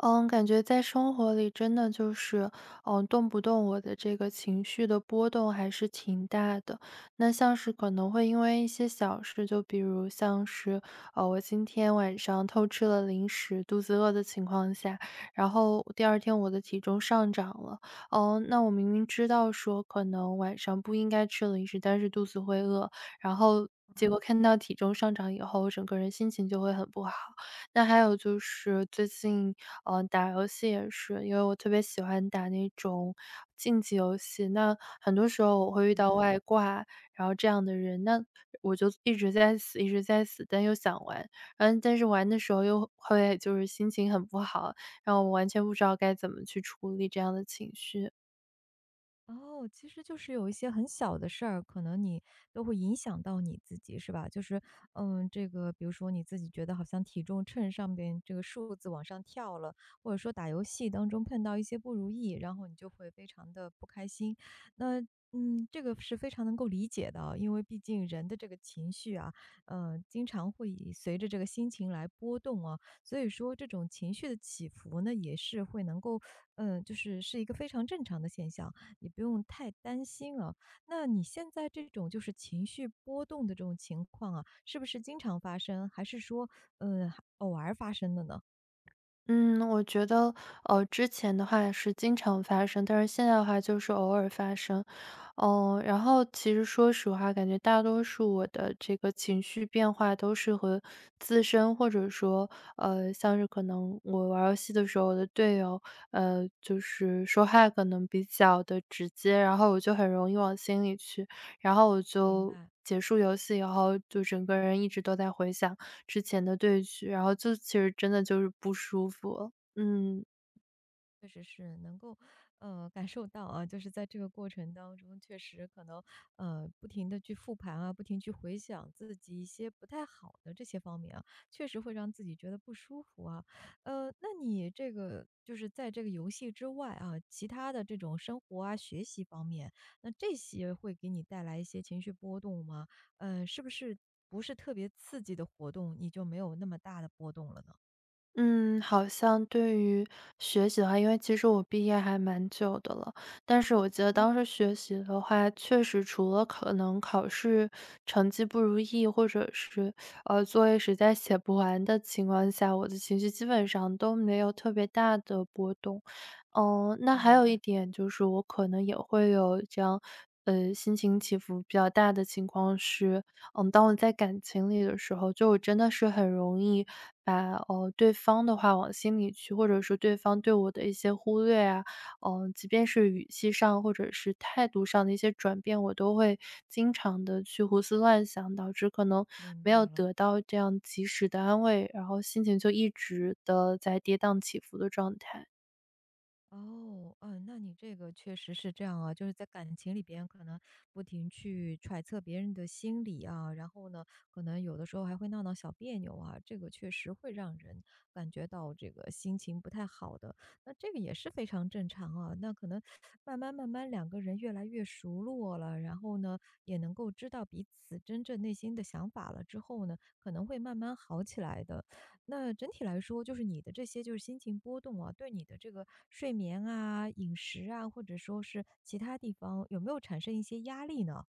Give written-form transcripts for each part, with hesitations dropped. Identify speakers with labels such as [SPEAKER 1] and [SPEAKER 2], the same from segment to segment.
[SPEAKER 1] 嗯，感觉在生活里真的就是，动不动我的这个情绪的波动还是挺大的。那像是可能会因为一些小事，就比如像是，我今天晚上偷吃了零食，肚子饿的情况下，然后第二天我的体重上涨了。哦，那我明明知道说可能晚上不应该吃零食，但是肚子会饿，然后结果看到体重上涨以后，我整个人心情就会很不好。那还有就是最近，打游戏也是，因为我特别喜欢打那种竞技游戏，那很多时候我会遇
[SPEAKER 2] 明
[SPEAKER 1] 到
[SPEAKER 2] 白。
[SPEAKER 1] 外挂，然后这样的人，那我就一直在死，一直在死，但又想玩，但是玩的时候又会就是心情很不好，然后我完全不知道该怎么去处理这样的情绪。
[SPEAKER 2] 哦，其实就是有一些很小的事儿，可能你都会影响到你自己，是吧？就是，这个，比如说你自己觉得好像体重秤上边这个数字往上跳了，或者说打游戏当中碰到一些不如意，然后你就会非常的不开心。那，这个是非常能够理解的啊，因为毕竟人的这个情绪啊，经常会以随着这个心情来波动啊，所以说这种情绪的起伏呢，也是会能够，就是是一个非常正常的现象。也不用太担心啊。那你现在这种就是情绪波动的这种情况啊，是不是经常发生，还是说，呃，偶尔发生的呢？
[SPEAKER 1] 嗯，我觉得，之前的话是经常发生，但是现在的话就是偶尔发生。嗯，然后其实说实话，感觉大多数我的这个情绪变化都是和自身或者说，像是可能我玩儿游戏的时候，我的队友，就是说话可能比较的直接，然后我就很容易往心里去。然后我
[SPEAKER 2] 明
[SPEAKER 1] 就
[SPEAKER 2] 白。
[SPEAKER 1] 结束游戏以后，就整个人一直都在回想之前的对局，然后就其实真的就是不舒服了嗯。
[SPEAKER 2] 确实是能够，感受到啊，就是在这个过程当中，确实可能，不停的去复盘啊，不停去回想自己一些不太好的这些方面啊，确实会让自己觉得不舒服啊。那你这个就是在这个游戏之外啊，其他的这种生活啊、学习方面，那这些会给你带来一些情绪波动吗？是不是不是特别刺激的活动，你就没有那么大的波动了呢？
[SPEAKER 1] 嗯，好像对于学习的话，因为其实我毕业还蛮久的了，但是我记得
[SPEAKER 2] 嗯，
[SPEAKER 1] 当时学习的话，确实除了可能考试成绩不如意，或者是作业实在写不完的情况下，我的情绪基本上都没有特别大的波动。嗯、那还
[SPEAKER 2] 明
[SPEAKER 1] 有一
[SPEAKER 2] 白，
[SPEAKER 1] 点就是，我可能也会有这样心情起伏比较大的情况是。嗯，当我在感情里的时候，就我真的是很容易把对方的话往心里去，或者说对方对我的一些忽略啊，嗯、即便是语气上或者是态度上的一些转变，我都会经常的去胡思乱想，导致可能
[SPEAKER 2] 明
[SPEAKER 1] 没
[SPEAKER 2] 白
[SPEAKER 1] 有
[SPEAKER 2] 了。
[SPEAKER 1] 得到这样及时的安慰，然后心情就一直的在跌宕起伏的状态。
[SPEAKER 2] 哦，嗯，那你这个确实是这样啊，就是在感情里边可能不停去揣测别人的心理啊，然后呢，可能有的时候还会闹闹小别扭啊，这个确实会让人感觉到这个心情不太好的，那这个也是非常正常啊。那可能慢慢慢慢两个人越来越熟络了，然后呢，也能够知道彼此真正内心的想法了之后呢，可能会慢慢好起来的。那整体来说，就是你的这些就是心情波动啊，对你的这个睡眠啊、饮食啊，或者说是其他地方，有没有产生一些压力呢？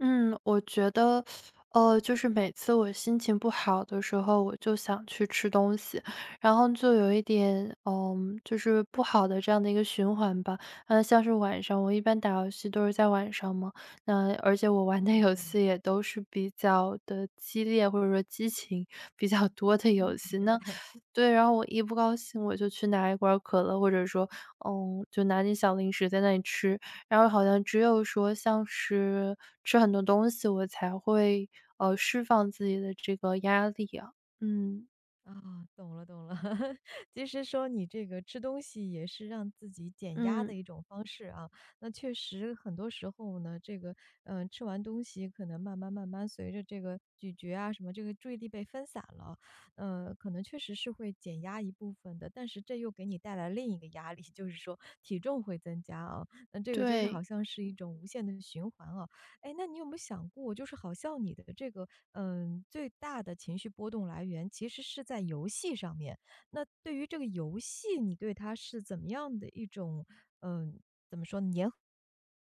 [SPEAKER 1] 嗯，我觉得，就是每次我心情不好的时候，我就想去吃东西，然后就有一点，就是不好的这样的一个循环吧。嗯，像是晚上，我一般打游戏都是在晚上嘛，那而且我玩的
[SPEAKER 2] 哦，
[SPEAKER 1] 游
[SPEAKER 2] 这样。
[SPEAKER 1] 戏也都是比较的激烈，或者说激情比较多的
[SPEAKER 2] 嗯，
[SPEAKER 1] 游戏。
[SPEAKER 2] 明
[SPEAKER 1] 那
[SPEAKER 2] 白。
[SPEAKER 1] 对，然后我一不高兴，我就去拿一罐可乐，或者说，就拿点小零食在那里吃，然后好像只有说像是吃很多东西，我才会，释放自己的这个压力啊。嗯。
[SPEAKER 2] 啊，懂了懂了。其实说你这个吃东西也是让自己减压
[SPEAKER 1] 嗯，
[SPEAKER 2] 的一种方式啊。那确实很多时候呢，这个吃完东西可能慢慢慢慢随着这个咀嚼啊什么，这个注意力被分散了，可能确实是会减压一部分的。但是这又给你带来另一个压力，就是说体重会增加啊。那这个就是好
[SPEAKER 1] 对。
[SPEAKER 2] 像是一种无限的循环啊。哎，那你有没有想过，就是好像你的这个，最大的情绪波动来源其实是在游戏上面。那对于这个游戏，你对它是怎么样的一种，嗯，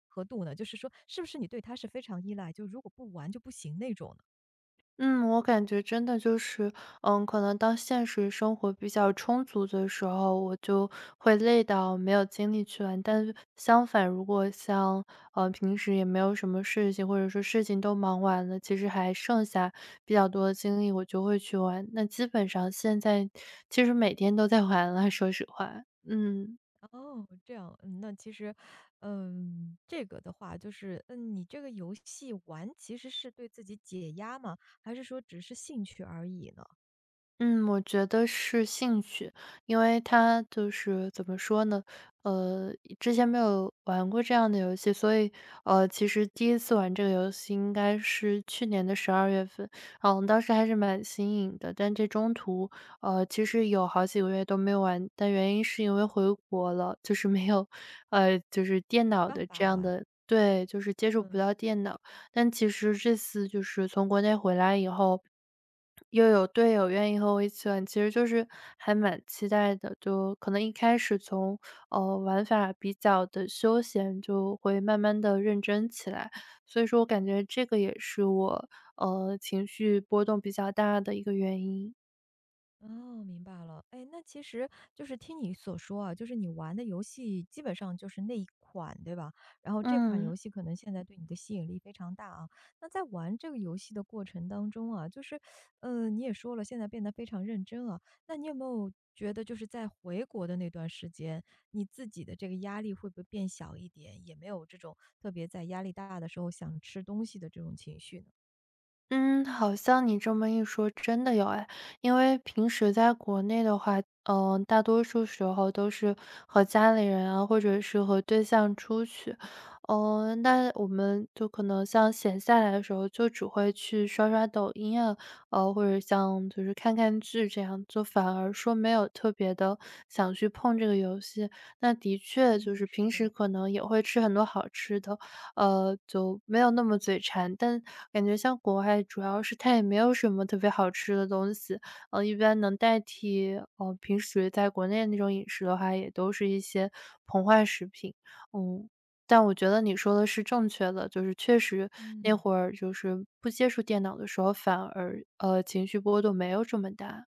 [SPEAKER 2] 和度呢？就是说，是不是你对它是非常依赖，就如果不玩就不行那种呢？
[SPEAKER 1] 嗯，我感觉真的就是，可能当现实生活比较充足的时候，我就会累到没有精力去玩。但是相反，如果像平时也没有什么事情，或者说事情都忙完了，其实还剩下比较多的精力，我就会去玩。那基本上现在其实每天都在玩了，说实话，嗯。
[SPEAKER 2] 哦，这样，嗯，那其实，这个的话，就是，你这个游戏玩其实是对自己解压吗？还是说只是兴趣而已呢？
[SPEAKER 1] 嗯，我觉得是兴趣，因为他就是怎么说呢，呃，之前没有玩过这样的游戏，所以其实第一次玩这个游戏应该是去年的12月份，嗯，我们当时还是蛮新颖的，但这中途其实有好几个月都没有玩，但原因是因为回国了，就是没有，就是电脑
[SPEAKER 2] 办
[SPEAKER 1] 的
[SPEAKER 2] 法
[SPEAKER 1] 这样
[SPEAKER 2] 玩，
[SPEAKER 1] 的。对，就是接触不
[SPEAKER 2] 嗯。
[SPEAKER 1] 到电脑，但其实这次就是从国内回来以后，又有队友愿意和我一起玩，其实就是还蛮期待的。就可能一开始从玩法比较的休闲，就会慢慢的认真起来。所以说我感觉这个也是我情绪波动比较大的一个原因。
[SPEAKER 2] 哦，明白了。哎，那其实就是听你所说啊，就是你玩的游戏基本上就是那一款，对吧？然后这款
[SPEAKER 1] 嗯。
[SPEAKER 2] 游戏可能现在对你的吸引力非常大啊。那在玩这个游戏的过程当中啊，就是，你也说了，现在变得非常认真啊。那你有没有觉得，就是在回国的那段时间，你自己的这个压力会不会变小一点？也没有这种特别在压力大的时候想吃东西的这种情绪呢？
[SPEAKER 1] 嗯，好像你这么一说，真的有哎。因为平时在国内的话，嗯，大多数时候都是和家里人啊，或者是和对象出去。嗯，那我们就可能像闲下来的时候，就只会去刷刷抖音啊，或者像就是看看剧这样，就反而说没有特别的想去碰这个游戏。那的确就
[SPEAKER 2] 嗯，
[SPEAKER 1] 是
[SPEAKER 2] 是
[SPEAKER 1] 平时
[SPEAKER 2] 的，
[SPEAKER 1] 可能也会吃很多好吃的，就没有那么嘴馋。但感觉像国外主要是它也没有什么特别好吃的东西，一般能代替，平时在国内那种饮食的话，也都是一些膨化食品。嗯，但我觉得你说的是正确的，就是确实那
[SPEAKER 2] 嗯。
[SPEAKER 1] 会儿就是不接触电脑的时候，反而，情绪波动没有这么大。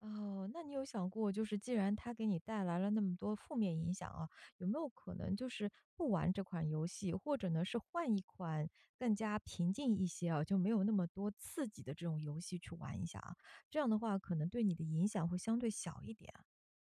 [SPEAKER 2] 哦，那你有想过，就是既然它给你带来了那么多负面影响啊，有没有可能就是不玩这款游戏，或者呢是换一款更加平静一些啊，就没有那么多刺激的这种游戏去玩一下啊？这样的话，可能对你的影响会相对小一点啊。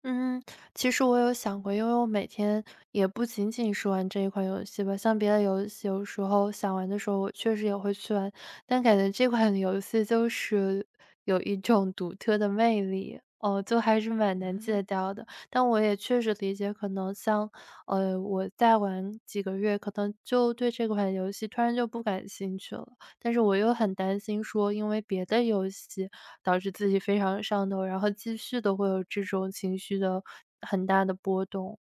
[SPEAKER 1] 嗯，其实我有想过，因为我每天也不仅仅是玩这一款游戏吧，像别的游戏，有时候想玩的时候，我确实也会去玩，但感觉这款游戏就是有一种独特的魅力，哦，就还是蛮难戒掉的。但我也确实理解，可能像我再玩几个月，可能就对这款游戏突然就不感兴趣了。但是我又很担心说，因为别的游戏导致自己非常上头，然后继续都会有这种情绪的很大的波动。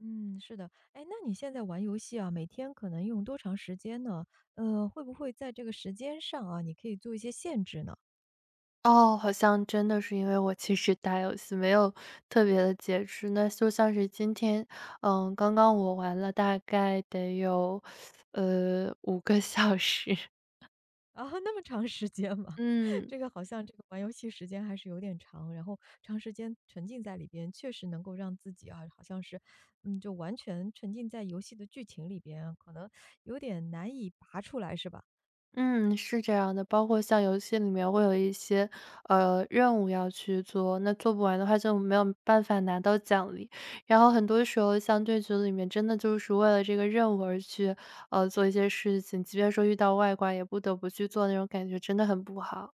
[SPEAKER 2] 嗯，是的。哎，那你现在玩游戏啊，每天可能用多长时间呢？会不会在这个时间上啊，你可以做一些限制呢？
[SPEAKER 1] 哦，好像真的是因为我其实打游戏没有特别的节制，那就像是今天，刚刚我玩了大概得有，5个小时。
[SPEAKER 2] 啊，那么长时间吗？
[SPEAKER 1] 嗯。
[SPEAKER 2] 这个好像这个玩游戏时间还是有点长，然后长时间沉浸在里边，确实能够让自己啊，好像是，就完全沉浸在游戏的剧情里边啊，可能有点难以拔出来，是吧？
[SPEAKER 1] 嗯，是这样的，包括像游戏里面会有一些任务要去做，那做不完的话就没有办法拿到奖励。然后很多时候，像对局里面真的就是为了这个任务而去做一些事情，即便说遇到外挂，也不得不去做，那种感觉真的很不好。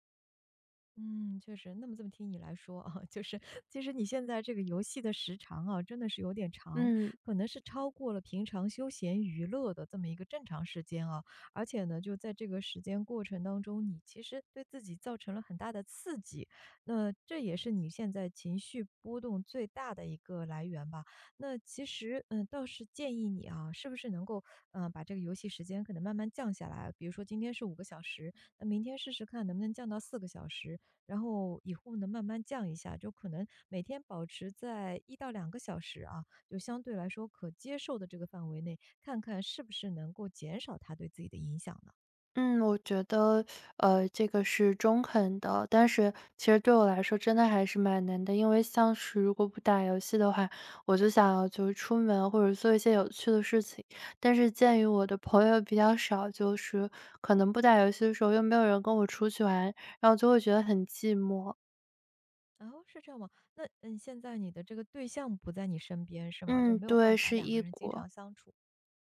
[SPEAKER 2] 嗯，确实。那么这么听你来说啊，就是其实你现在这个游戏的时长啊，真的是有点长，
[SPEAKER 1] 嗯。
[SPEAKER 2] 可能是超过了平常休闲娱乐的这么一个正常时间啊。而且呢，就在这个时间过程当中，你其实对自己造成了很大的刺激，那这也是你现在情绪波动最大的一个来源吧。那其实，倒是建议你啊，是不是能够，把这个游戏时间可能慢慢降下来啊，比如说今天是5个小时，那明天试试看能不能降到4个小时。然后以后呢，慢慢降一下，就可能每天保持在1到2个小时啊，就相对来说可接受的这个范围内，看看是不是能够减少它对自己的影响呢？
[SPEAKER 1] 嗯，我觉得，这个是中肯的，但是其实对我来说真的还是蛮难的，因为像是如果不打游戏的话，我就想要就是出门或者做一些有趣的事情，但是鉴于我的朋友比较少，就是可能不打游戏的时候又没有人跟我出去玩，然后就会觉得很寂寞。
[SPEAKER 2] 哦，是这样吗？那嗯，现在你的这个对象不在你身边是吗？就
[SPEAKER 1] 嗯，
[SPEAKER 2] 没有办
[SPEAKER 1] 对，
[SPEAKER 2] 法
[SPEAKER 1] 是
[SPEAKER 2] 两个
[SPEAKER 1] 异
[SPEAKER 2] 人经
[SPEAKER 1] 国，
[SPEAKER 2] 常相处。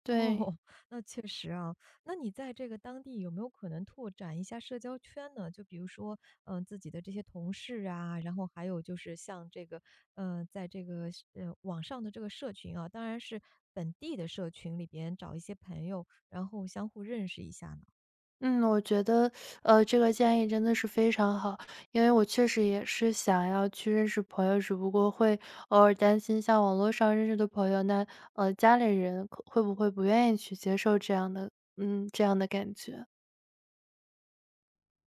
[SPEAKER 1] 对。
[SPEAKER 2] 哦，那确实啊。那你在这个当地有没有可能拓展一下社交圈呢？就比如说，嗯、自己的这些同事啊，然后还有就是像这个，在这个是网上的这个社群啊，当然是本地的社群里边找一些朋友，然后相互认识一下呢。
[SPEAKER 1] 嗯，我觉得，这个建议真的是非常好，因为我确实也是想要去认识朋友，只不过会偶尔担心像网络上认识的朋友，那家里人可会不会不愿意去接受这样的，嗯，这样的感觉。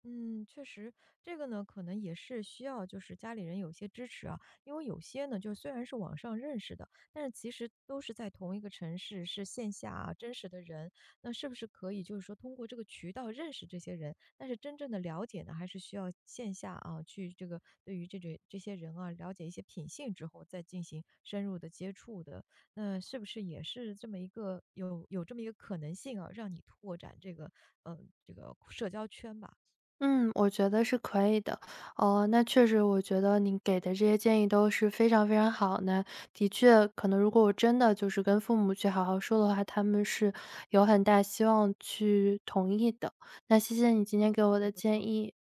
[SPEAKER 2] 嗯，确实，这个呢，可能也是需要就是家里人有些支持啊，因为有些呢，就虽然是网上认识的，但是其实都是在同一个城市，是线下啊真实的人，那是不是可以就是说通过这个渠道认识这些人，但是真正的了解呢，还是需要线下啊去这个对于这些人啊了解一些品性之后，再进行深入的接触的，那是不是也是这么一个有这么一个可能性啊，让你拓展这个嗯这个社交圈吧？
[SPEAKER 1] 嗯，我觉得是可以的。哦，那确实我觉得你给的这些建议都是非常非常好。那的确，可能如果我真的就是跟父母去好好说的话，他们是有很大希望去同意的。那谢谢你今天
[SPEAKER 2] 哦，
[SPEAKER 1] 给
[SPEAKER 2] 那
[SPEAKER 1] 我
[SPEAKER 2] 还
[SPEAKER 1] 的
[SPEAKER 2] 不
[SPEAKER 1] 建
[SPEAKER 2] 错。
[SPEAKER 1] 议。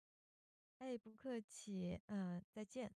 [SPEAKER 2] 哎，不客气，嗯，再见。